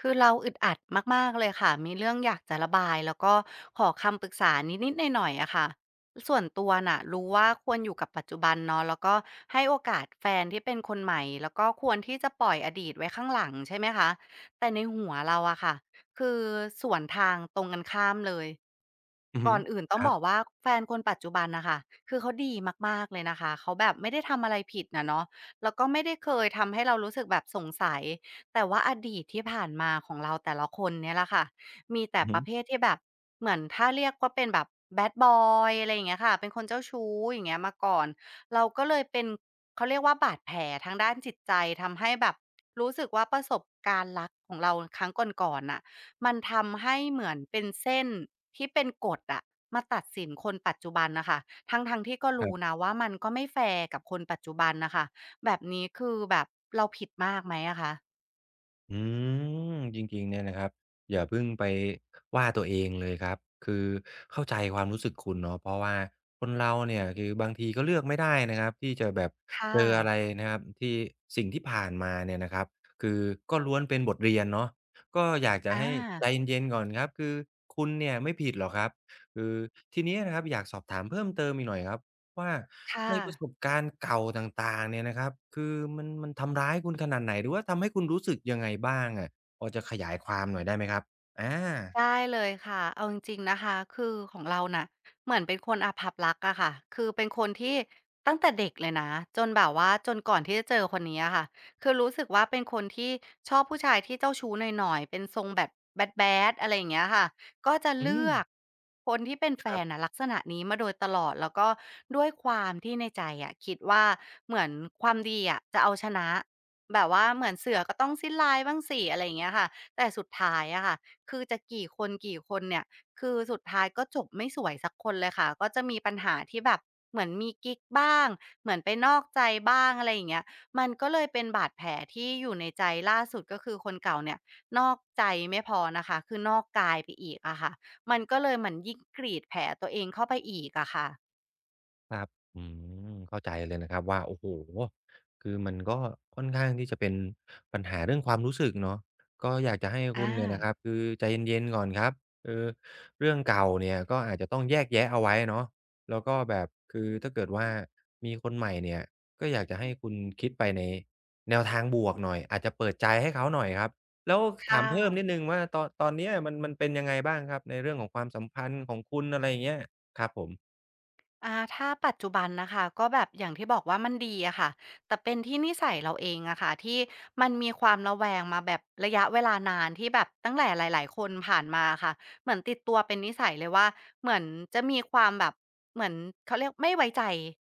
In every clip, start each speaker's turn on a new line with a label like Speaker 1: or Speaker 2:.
Speaker 1: คือเราอึดอัดมากๆเลยค่ะมีเรื่องอยากจะระบายแล้วก็ขอคำปรึกษานิดๆหน่อยๆอะค่ะส่วนตัวน่ะรู้ว่าควรอยู่กับปัจจุบันเนาะแล้วก็ให้โอกาสแฟนที่เป็นคนใหม่แล้วก็ควรที่จะปล่อยอดีตไว้ข้างหลังใช่ไหมคะแต่ในหัวเราอะค่ะคือสวนทางตรงกันข้ามเลย
Speaker 2: อือฮึ
Speaker 1: ก่อนอื่นต้อ
Speaker 2: ค
Speaker 1: ง
Speaker 2: รั
Speaker 1: บ
Speaker 2: บ
Speaker 1: อกว่าแฟนคนปัจจุบันน่ะค่ะคือเขาดีมากๆเลยนะคะเขาแบบไม่ได้ทำอะไรผิดน่ะเนาะแล้วก็ไม่ได้เคยทำให้เรารู้สึกแบบสงสัย แต่ว่าอดีตที่ผ่านมาของเราแต่ละคนเนี่ยแหละค่ะมีแต่
Speaker 2: อือ
Speaker 1: ป
Speaker 2: ฮึ
Speaker 1: ระเภทที่แบบเหมือนถ้าเรียกว่าเป็นแบบ Bad Boy อะไรอย่างเงี้ยค่ะเป็นคนเจ้าชู้อย่างเงี้ยมาก่อนเราก็เลยเป็นเขาเรียกว่าบาดแผลทางด้านจิตใจทำให้แบบรู้สึกว่าประสบการณ์รักของเราครั้งก่อนๆน่ะมันทำให้เหมือนเป็นเส้นที่เป็นกฎอะมาตัดสินคนปัจจุบันน่ะค่ะทั้งๆที่ก็
Speaker 2: ครั
Speaker 1: รู้
Speaker 2: บ
Speaker 1: นะว่ามันก็ไม่แฟร์กับคนปัจจุบันน่ะค่ะแบบนี้คือแบบเราผิดมากไหมอะคะ
Speaker 2: อืจริงๆเนี่ยนะครับอย่าเพิ่งไปว่าตัวเองเลยครับคือเข้าใจความรู้สึกคุณเนาะเพราะว่าคนเราเนี่ยคือบางทีก็เลือกไม่ได้นะครับที่จะแบบ
Speaker 1: ค่ะ
Speaker 2: เจออะไรนะครับที่สิ่งที่ผ่านมาเนี่ยนะครับคือก็ล้วนเป็นบทเรียนเนาะก็อยากจะ
Speaker 1: อา
Speaker 2: ให้ใจเย็นๆก่อนครับคือคุณเนี่ยไม่ผิดหรอกครับคือทีนี้นะครับอยากสอบถามเพิ่มเติมอีกหน่อยครับ ว่า
Speaker 1: ค่ะ
Speaker 2: ในประสบการณ์เก่าต่างๆเนี่ยนะครับคือมันทำร้ายคุณขนาดไหนหรือว่าทำให้คุณรู้สึกยังไงบ้างอะพอจะขยายความหน่อยได้ไหมครับอา
Speaker 1: ได้เลยค่ะเอาจริงๆนะคะคือของเราน่ะเหมือนเป็นคนอภัพลักษณ์อะค่ะคือเป็นคนที่ตั้งแต่เด็กเลยนะจนแบบว่าจนก่อนที่จะเจอคนนี้อะค่ะคือรู้สึกว่าเป็นคนที่ชอบผู้ชายที่เจ้าชู้หน่อยๆเป็นทรงแบบแบดๆอะไรอย่างเงี้ยค่ะก็จะ
Speaker 2: อื
Speaker 1: เลื
Speaker 2: ม
Speaker 1: อกคนที่เป็นแฟ
Speaker 2: ครั
Speaker 1: น
Speaker 2: บ
Speaker 1: นะลักษณะนี้มาโดยตลอดแล้วก็ด้วยความที่ในใจอะคิดว่าเหมือนความดีอะจะเอาชนะแบบว่าเหมือนเสือก็ต้องสิ้นลายบ้างสิอะไรอย่างเงี้ยค่ะแต่สุดท้ายอะค่ะ คือจะกี่คนกี่คนเนี่ย คือสุดท้ายก็จบไม่สวยสักคนเลยค่ะ ก็จะมีปัญหาที่แบบเหมือนมีกิ๊กบ้างเหมือนไปนอกใจบ้างอะไรอย่างเงี้ยมันก็เลยเป็นบาดแผลที่อยู่ในใจล่าสุดก็คือคนเก่าเนี่ยนอกใจไม่พอนะคะ คือนอกกายไปอีกอะค่ะมันก็เลยเหมือนยิ่งกรีดแผลตัวเองเข้าไปอีกอะค่ะ
Speaker 2: ครับอืมเข้าใจเลยนะครับว่าโอ้โฮคือมันก็ค่อนข้างที่จะเป็นปัญหาเรื่องความรู้สึกเนาะก็อยากจะให้คุ
Speaker 1: อา
Speaker 2: ณเนี่ยนะครับคือใจเย็นๆก่อนครับคือเรื่องเก่าเนี่ยก็อาจจะต้องแยกแยะเอาไว้เนาะแล้วก็แบบคือถ้าเกิดว่ามีคนใหม่เนี่ยก็อยากจะให้คุณคิดไปในแนวทางบวกหน่อยอาจจะเปิดใจให้เขาหน่อยครับแล้ว
Speaker 1: ค่
Speaker 2: ถามเพิ่มนิด
Speaker 1: ะ
Speaker 2: หนึ่งว่าตอนเนี้ยมันเป็นยังไงบ้างครับในเรื่องของความสัมพันธ์ของคุณอะไรอย่างเงี้ยครับผม
Speaker 1: ถ้าปัจจุบันนะคะก็แบบอย่างที่บอกว่ามันดีอะค่ะแต่เป็นที่นิสัยเราเองอะค่ะที่มันมีความระแวงมาแบบระยะเวลานานที่แบบตั้งแต่หลายๆคนผ่านมาค่ะเหมือนติดตัวเป็นนิสัยเลยว่าเหมือนจะมีความแบบเหมือนเขาเรียกไม่ไว้ใจ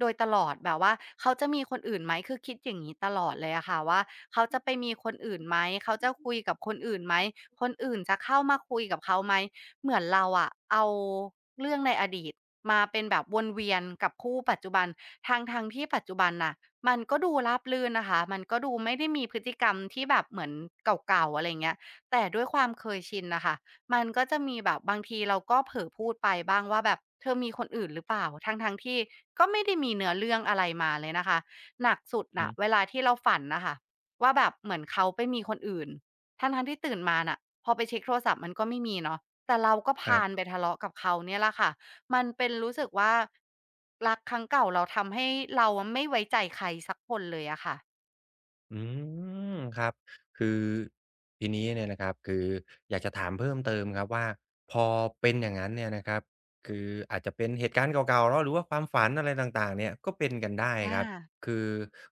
Speaker 1: โดยตลอดแบบว่าเขาจะมีคนอื่นไหมคือคิดอย่างนี้ตลอดเลยอะค่ะว่าเขาจะไปมีคนอื่นไหมเขาจะคุยกับคนอื่นไหมคนอื่นจะเข้ามาคุยกับเขาไหม เหมือนเราอะเอาเรื่องในอดีตมาเป็นแบบวนเวียนกับคู่ปัจจุบันทั้งทงที่ปัจจุบันน่ะมันก็ดูราบรื่นนะคะมันก็ดูไม่ได้มีพฤติกรรมที่แบบเหมือนเก่าๆอะไรเงี้ยแต่ด้วยความเคยชินนะคะมันก็จะมีแบบบางทีเราก็เผลอพูดไปบ้างว่าแบบเธอมีคนอื่นหรือเปล่าทั้งทงที่ก็ไม่ได้มีเนื้อเรื่องอะไรมาเลยนะคะหนักสุด
Speaker 2: อือฮึ
Speaker 1: น่ะเวลาที่เราฝันนะคะว่าแบบเหมือนเขาไปมีคนอื่นทั้งทงที่ตื่นมาน่ะพอไปเช็คโทรศัพท์มันก็ไม่มีเนาะ แต่เราก็
Speaker 2: ค
Speaker 1: พาล
Speaker 2: รับ
Speaker 1: ไปทะเลาะกับเขาเนี่ยแหละค่ะ มันเป็นรู้สึกว่ารักครั้งเก่าเราทำให้เราอะไม่ไว้ใจใครสักคนเลยอะค่ะ
Speaker 2: อืมครับคือทีนี้เนี่ยนะครับคืออยากจะถามเพิ่มเติมครับว่าพอเป็นอย่างนั้นเนี่ยนะครับคืออาจจะเป็นเหตุการณ์เก่าๆเนาะหรือว่าความฝันอะไรต่างๆเนี่ยก็เป็นกันได้
Speaker 1: อา
Speaker 2: ครับคือ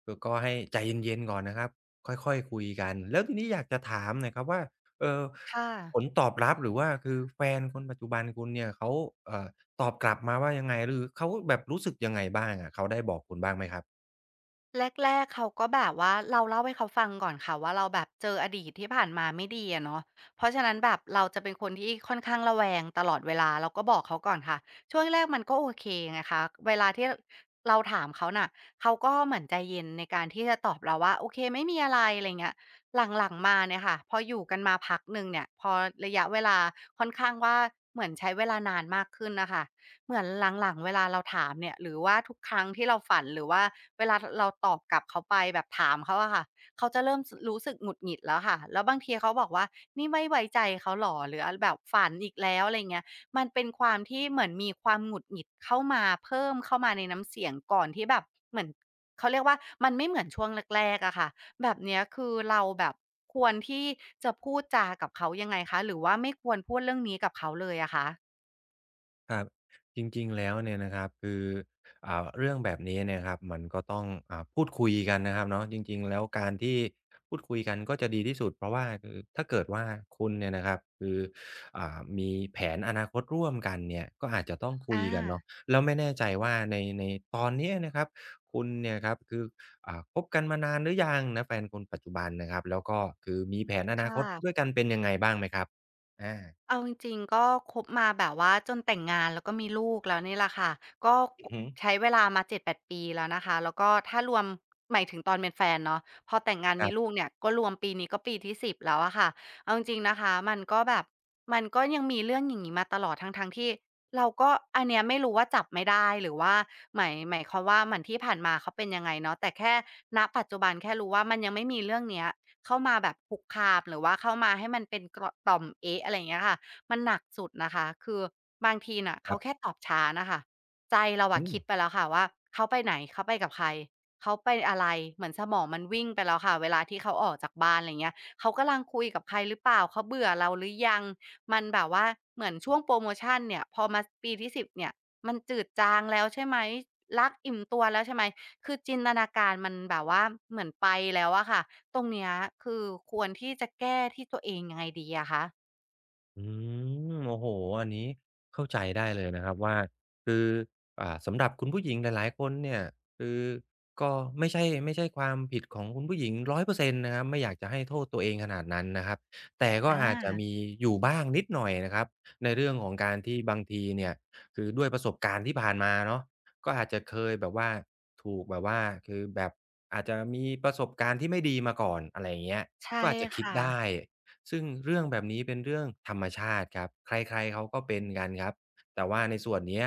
Speaker 2: คือก็ให้ใจเย็นๆก่อนนะครับค่อยๆคุยกันแล้วทีนี้อยากจะถามหน่อยครับว่าเอ่อ
Speaker 1: ค่ะ
Speaker 2: ผลตอบรับหรือว่าคือแฟนคนปัจจุบันคุณเนี่ยเขาเอ่อตอบกลับมาว่ายังไงหรือเขาแบบรู้สึกยังไงบ้างอะเขาได้บอกคุณบ้างไหมครับ
Speaker 1: แรกๆเขาก็แบบว่าเราเล่าให้เขาฟังก่อนค่ะว่าเราแบบเจออดีตที่ผ่านมาไม่ดีอะเนาะเพราะฉะนั้นแบบเราจะเป็นคนที่ค่อนข้างระแวงตลอดเวลาเราก็บอกเขาก่อนค่ะช่วงแรกๆมันก็โอเคไงคะเวลาที่เราถามเขาน่ะเขาก็เหมือนใจเย็นในการที่จะตอบเราว่าโอเคไม่มีอะไรอะไรเงี้ยหลังๆมาเนี่ยค่ะพออยู่กันมาพักหนึ่งเนี่ยพอระยะเวลาค่อนข้างว่าเหมือนใช้เวลานานมากขึ้นน่ะค่ะ เหมือนหลังๆเวลาเราถามเนี่ยหรือว่าทุกครั้งที่เราฝันหรือว่าเวลาทเราตอบกลับเขาไปแบบถามเขาอะค่ะเขาจะเริ่มสรู้สึกหงุดหงิดแล้วค่ะแล้วบางทีเขาบอกว่านี่ไม่ไว้ใจเขาเหรอหรือแบบฝันอีกแล้วอะไรเงี้ยมันเป็นความที่เหมือนมีความหงุดหงิดเข้ามาเพิ่มเข้ามาในน้ำเสียงก่อนที่แบบเหมือนเขาเรียกว่ามันไม่เหมือนช่วงแรกๆอะค่ะแบบเนี้ยคือเราแบบควรที่จะพูดจากับเขายังไงคะหรือว่าไม่ควรพูดเรื่องนี้กับเขาเลยอะคะ
Speaker 2: ครับจริงๆแล้วเนี่ยนะครับคือเรื่องแบบนี้เนี่ยครับมันก็ต้องพูดคุยกันนะครับเนาะจริงๆแล้วการที่พูดคุยกันก็จะดีที่สุดเพราะว่าคือถ้าเกิดว่าคุณเนี่ยนะครับคือมีแผนอนาคตร่วมกันเนี่ยก็อาจจะต้อองือฮึคุย
Speaker 1: อา
Speaker 2: กันเนาะแล้วไม่แน่ใจว่าในตอนเนี้ยนะครับคุณเนี่ยครับคือคบกันมานานหรือยังนะแฟนคนปัจจุบันนะครับแล้วก็คือมีแผนอนาค
Speaker 1: ค่ะ
Speaker 2: ตด้วยกันเป็นยังไงบ้างไหมครับอา
Speaker 1: เอาจริงๆก็คบมาแบบว่าจนแต่งงานแล้วก็มีลูกแล้วนี่แหละค่ะก็
Speaker 2: อื
Speaker 1: ก
Speaker 2: อฮึ
Speaker 1: ใช้เวลามา7แปดปีแล้วนะคะแล้วก็ถ้ารวมหมายถึงตอนเป็นแฟนเนาะพอแต่งงาน
Speaker 2: ค
Speaker 1: มีลูก
Speaker 2: ร
Speaker 1: เนี่ยก็รวมปีนี้ก็ปีที่สิบแล้วอะค่ะเอาจริงๆนะคะมันก็แบบมันก็ยังมีเรื่องอย่างงี้มาตลอดทั้งๆที่เราก็อันเนี้ยไม่รู้ว่าจับไม่ได้หรือว่าหมายหมายความว่าเหมือนที่ผ่านมาเขาเป็นยังไงเนาะแต่แค่ณปัจจุบันแค่รู้ว่ามันยังไม่มีเรื่องเนี้ยเข้ามาแบบคุกคามหรือว่าเข้ามาให้มันเป็นเกราะต่อมเอ๊ะอะไรอย่างเงี้ยค่ะ มันหนักสุดนะคะ คือบางทีน่ะเขา
Speaker 2: ับ
Speaker 1: แค่ตอบช้าน่ะค่ะใจเรา
Speaker 2: ๆ
Speaker 1: อะ
Speaker 2: อืม
Speaker 1: คิดไปแล้วค่ะว่าเขาไปไหนเขาไปกับใครเขาไปอะไรเหมือนสมองมันวิ่งไปแล้วค่ะเวลาที่เขาออกจากบ้านไรเงี้ยเขากำลังคุยกับใครหรือเปล่าเขาเบื่อเราหรือยังมันแบบว่าเหมือนช่วงโพรโมชันเนี่ยพอมาปีที่สิบเนี่ยมันจืดจางแล้วใช่ไหมรักอิ่มตัวแล้วใช่ไหมคือจินตนาการมันแบบว่าเหมือนไปแล้วอะค่ะตรงเนี้ยคือควรที่จะแก้ที่ตัวเองยังไงดีอะคะ
Speaker 2: อืมโอ้โฮอันนี้เข้าใจได้เลยนะครับว่าคือสำหรับคุณผู้หญิงหลายๆคนเนี่ยคือก็ไม่ใช่ไม่ใช่ความผิดของคุณผู้หญิง100%นต์นะครับไม่อยากจะให้โทษตัวเองขนาดนั้นนะครับแต่ก็
Speaker 1: อ
Speaker 2: อาจจะมี
Speaker 1: า
Speaker 2: อยู่บ้างนิดหน่อยนะครับในเรื่องของการที่บางทีเนี่ยคือด้วยประสบการณ์ที่ผ่านมาเนาะก็อาจจะเคยแบบว่าถูกแบบว่าคือแบบอาจจะมีประสบการณ์ที่ไม่ดีมาก่อนอะไรอย่างเงี้ย
Speaker 1: ใช่
Speaker 2: ก็อาจจะคิด
Speaker 1: ค่ะ
Speaker 2: ได้ ซึ่งเรื่องแบบนี้เป็นเรื่องธรรมชาติครับใครๆเขาก็เป็นกันครับแต่ว่าในส่วนเนี้ย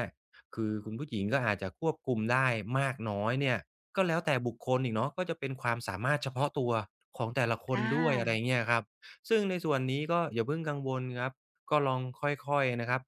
Speaker 2: คือคุณผู้หญิงก็อาจจะควบคุมได้มากน้อยเนี่ยก็แล้วแต่บุคคลอีกเนาะก็จะเป็นความสามารถเฉพาะตัวของแต่ละคน
Speaker 1: อา
Speaker 2: ด้วยอะไรเงี้ยครับซึ่งในส่วนนี้ก็อย่าเพิ่งกังวลครับก็ลองค่อยๆนะครับ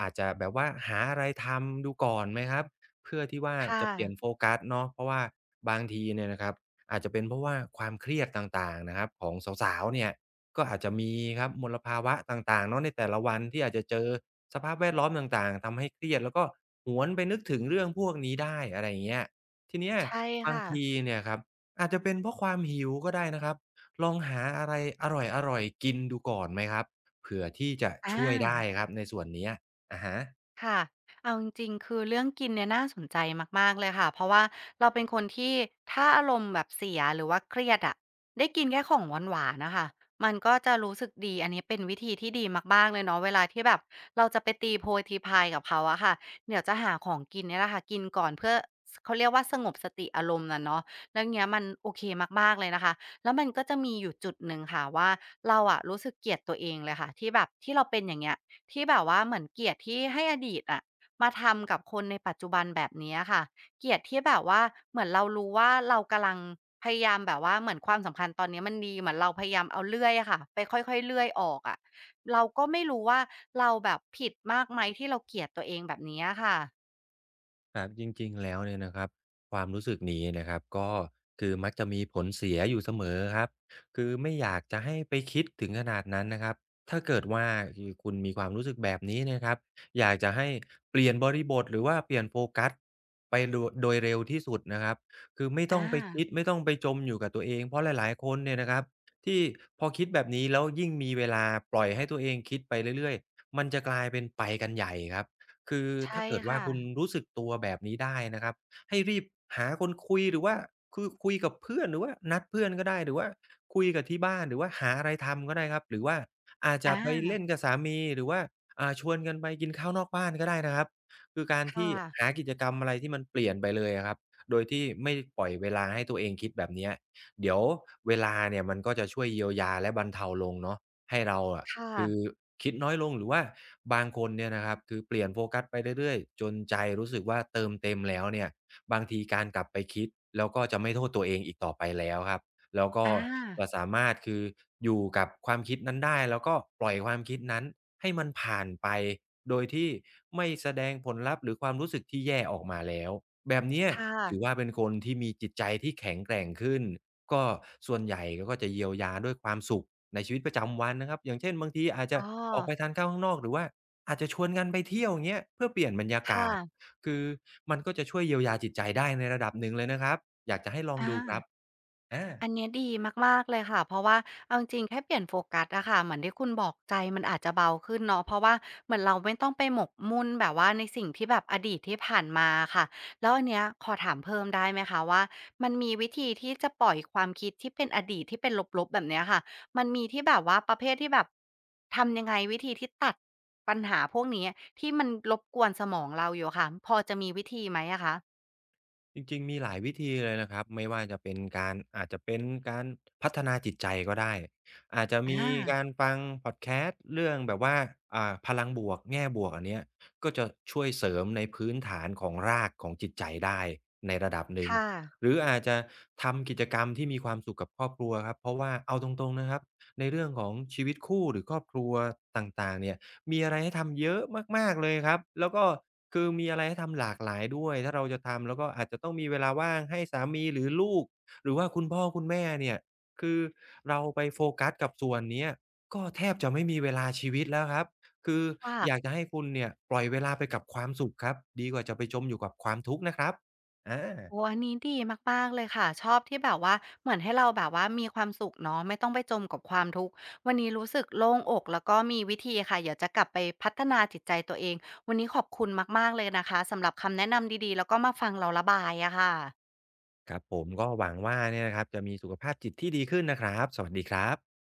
Speaker 2: อาจจะแบบว่าหาอะไรทำดูก่อนไหมครับเพื่อที่ว่า
Speaker 1: ค่ะ
Speaker 2: จะเปลี่ยนโฟกัสเนาะเพราะว่าบางทีเนี่ยนะครับอาจจะเป็นเพราะว่าความเครียดต่างๆนะครับของสาวๆเนี่ย ก็อาจจะมีครับมลภาวะต่างๆเนาะในแต่ละวันที่อาจจะเจอสภาพแวดล้อมต่างๆทำให้เครียดแล้วก็หวนไปนึกถึงเรื่องพวกนี้ได้อะไรอย่างเงี้ยทีเนี้ย
Speaker 1: ใช่
Speaker 2: บาง
Speaker 1: ค่ะ
Speaker 2: ทีเนี่ยครับอาจจะเป็นเพราะความหิวก็ได้นะครับลองหาอะไรอร่อยๆกินดูก่อนไหมครับเผื่อที่จะ
Speaker 1: อา
Speaker 2: ช่วยได้ครับในส่วนเนี้ยอะฮะ
Speaker 1: ค่ะเอาจริงๆคือเรื่องกินเนี่ยน่าสนใจมากๆเลยค่ะ เพราะว่าเราเป็นคนที่ถ้าอารมณ์แบบเสียหรือว่าเครียดอะได้กินแค่ของหวานๆนะคะมันก็จะรู้สึกดีอันนี้เป็นวิธีที่ดีมากๆเลยเนาะเวลาที่แบบเราจะไปตีโพยตีพายกับเขาอะค่ะเดี๋ยวจะหาของกินเนี่ยแหละค่ะกินก่อนเพื่อเขาเรียกว่าสงบสติอารมณ์นะเนาะแล้วเงี้ยมันโอเคมากๆเลยนะคะแล้วมันก็จะมีอยู่จุดหนึ่งค่ะว่าเราอะรู้สึกเกลียดตัวเองเลยค่ะที่แบบที่เราเป็นอย่างเงี้ย ที่แบบว่าเหมือนเกลียดที่ให้อดีตอะมาทำกับคนในปัจจุบันแบบเนี้ยค่ะเกลียดที่แบบว่าเหมือนเรารู้ว่าเรากำลังพยายามแบบว่าเหมือนความสัมพันธ์ตอนนี้มันดีเหมือนเราพยายามเอาเลื่อยอะค่ะไปค่อยๆเลื่อยออกอะเราก็ไม่รู้ว่าเราแบบผิดมากไหมที่เราเกลียดตัวเองแบบนี้อะค่ะ
Speaker 2: ครับจริงๆแล้วเนี่ยนะครับความรู้สึกนี้นะครับก็คือมักจะมีผลเสียอยู่เสมอครับคือไม่อยากจะให้ไปคิดถึงขนาดนั้นนะครับถ้าเกิดว่าคือคุณมีความรู้สึกแบบนี้นะครับอยากจะให้เปลี่ยนบริบทหรือว่าเปลี่ยนโฟกัสไปโดโดยเร็วที่สุดนะครับคือไม่ต้อ
Speaker 1: อา
Speaker 2: งไปคิดไม่ต้องไปจมอยู่กับตัวเองเพราะหลายๆคนเนี่ยนะครับที่พอคิดแบบนี้แล้วยิ่งมีเวลาปล่อยให้ตัวเองคิดไปเรื่อยๆมันจะกลายเป็นไปกันใหญ่ครับ คือ
Speaker 1: ใช่
Speaker 2: ถ้าเกิดว่า
Speaker 1: ค่ะ
Speaker 2: คุณรู้สึกตัวแบบนี้ได้นะครับให้รีบหาคนคุยหรือว่าคือคุยกับเพื่อนหรือว่านัดเพื่อนก็ได้หรือว่าคุยกับที่บ้านหรือว่าหาอะไรทำก็ได้ครับหรือว่าอาจ
Speaker 1: อ
Speaker 2: จะไปเล่
Speaker 1: า
Speaker 2: นกับสามีหรือว่าชวนกันไปกินข้าวนอกบ้านก็ได้นะครับคือการ
Speaker 1: ค่ะ
Speaker 2: ที่หากิจกรรมอะไรที่มันเปลี่ยนไปเลยอะครับโดยที่ไม่ปล่อยเวลาให้ตัวเองคิดแบบเนี้ยเดี๋ยวเวลาเนี่ยมันก็จะช่วยเยียวยาและบรรเทาลงเนาะให้เราอะ
Speaker 1: ค่ะ
Speaker 2: คือคิดน้อยลงหรือว่าบางคนเนี่ยนะครับคือเปลี่ยนโฟกัสไปเรื่อยๆจนใจรู้สึกว่าเติมเต็มแล้วเนี่ยบางทีการกลับไปคิดแล้วก็จะไม่โทษตัวเองอีกต่อไปแล้วครับแล้วก็
Speaker 1: อา
Speaker 2: จะสามารถคืออยู่กับความคิดนั้นได้แล้วก็ปล่อยความคิดนั้นให้มันผ่านไปโดยที่ไม่แสดงผลลัพธ์หรือความรู้สึกที่แย่ออกมาแล้วแบบเนี้ย
Speaker 1: ค่ะ
Speaker 2: ถือว่าเป็นคนที่มีจิตใจที่แข็งแกร่งขึ้นก็ส่วนใหญ่ก็จะเยียวยาด้วยความสุข ในชีวิตประจำวันนะครับอย่างเช่นบางทีอาจจะ
Speaker 1: อ้อ
Speaker 2: ออกไปทานข้าวข้างนอกหรือว่าอาจจะชวนกันไปเที่ยวอย่างเงี้ยเพื่อเปลี่ยนบรรยา
Speaker 1: ค่ะ
Speaker 2: กาศคือมันก็จะช่วยเยียวยาจิตใจได้ในระดับหนึ่งเลยนะครับอยากจะให้ลอง
Speaker 1: อา
Speaker 2: ดูครับอา
Speaker 1: อันเนี้ยดีมากๆเลยค่ะเพราะว่าเอาจริงๆแค่เปลี่ยนโฟกัสอะค่ะเหมือนที่คุณบอกใจมันอาจจะเบาขึ้นเนาะเพราะว่าเหมือนเราไม่ต้องไปหมกมุ่นแบบว่าในสิ่งที่แบบอดีตที่ผ่านมาค่ะแล้วอันเนี้ยขอถามเพิ่มได้ไหมคะว่ามันมีวิธีที่จะปล่อยความคิดที่เป็นอดีตที่เป็นลบๆแบบเนี้ยค่ะมันมีที่แบบว่าประเภทที่แบบทำยังไงวิธีที่ตัดปัญหาพวกนี้ที่มันรบกวนสมองเราอยู่ค่ะพอจะมีวิธีไหมอะคะ
Speaker 2: จริงๆมีหลายวิธีเลยนะครับไม่ว่าจะเป็นการอาจจะเป็นการพัฒนาจิตใจก็ได้อาจจะมี
Speaker 1: อา
Speaker 2: การฟังพอดแคสต์เรื่องแบบว่าพลังบวกแง่บวกอันเนี้ยก็จะช่วยเสริมในพื้นฐานของรากของจิตใจได้ในระดับหนึ่ง
Speaker 1: ค่ะ
Speaker 2: หรืออาจจะทำกิจกรรมที่มีความสุขกับครอบครัวครับเพราะว่าเอาตรงๆนะครับในเรื่องของชีวิตคู่หรือครอบครัวต่างๆเนี่ย มีอะไรให้ทำเยอะมากๆเลยครับแล้วก็คือมีอะไรให้ทำหลากหลายด้วยถ้าเราจะทำแล้วก็อาจจะต้องมีเวลาว่างให้สามีหรือลูกหรือว่าคุณพ่อคุณแม่เนี่ยคือเราไปโฟกัสกับส่วนเนี้ยก็แทบจะไม่มีเวลาชีวิตแล้วครับคือ
Speaker 1: ค่ะ
Speaker 2: อยากจะให้คุณเนี่ยปล่อยเวลาไปกับความสุขครับดีกว่าจะไปจมอยู่กับความทุกข์นะครับอา
Speaker 1: โอ้อันนี้ดีมากๆเลยค่ะชอบที่แบบว่าเหมือนให้เราแบบว่ามีความสุขเนาะไม่ต้องไปจมกับความทุกข์วันนี้รู้สึกโล่งอกแล้วก็มีวิธีค่ะเดี๋ยวจะกลับไปพัฒนาจิตใจตัวเองวันนี้ขอบคุณมากๆเลยนะคะสำหรับคำแนะนำดีๆแล้วก็มาฟังเราระบายอะค่ะ
Speaker 2: ครับผมก็หวังว่าเนี่ยนะครับจะมีสุขภาพจิตที่ดีขึ้นนะครับสวัสดีครับ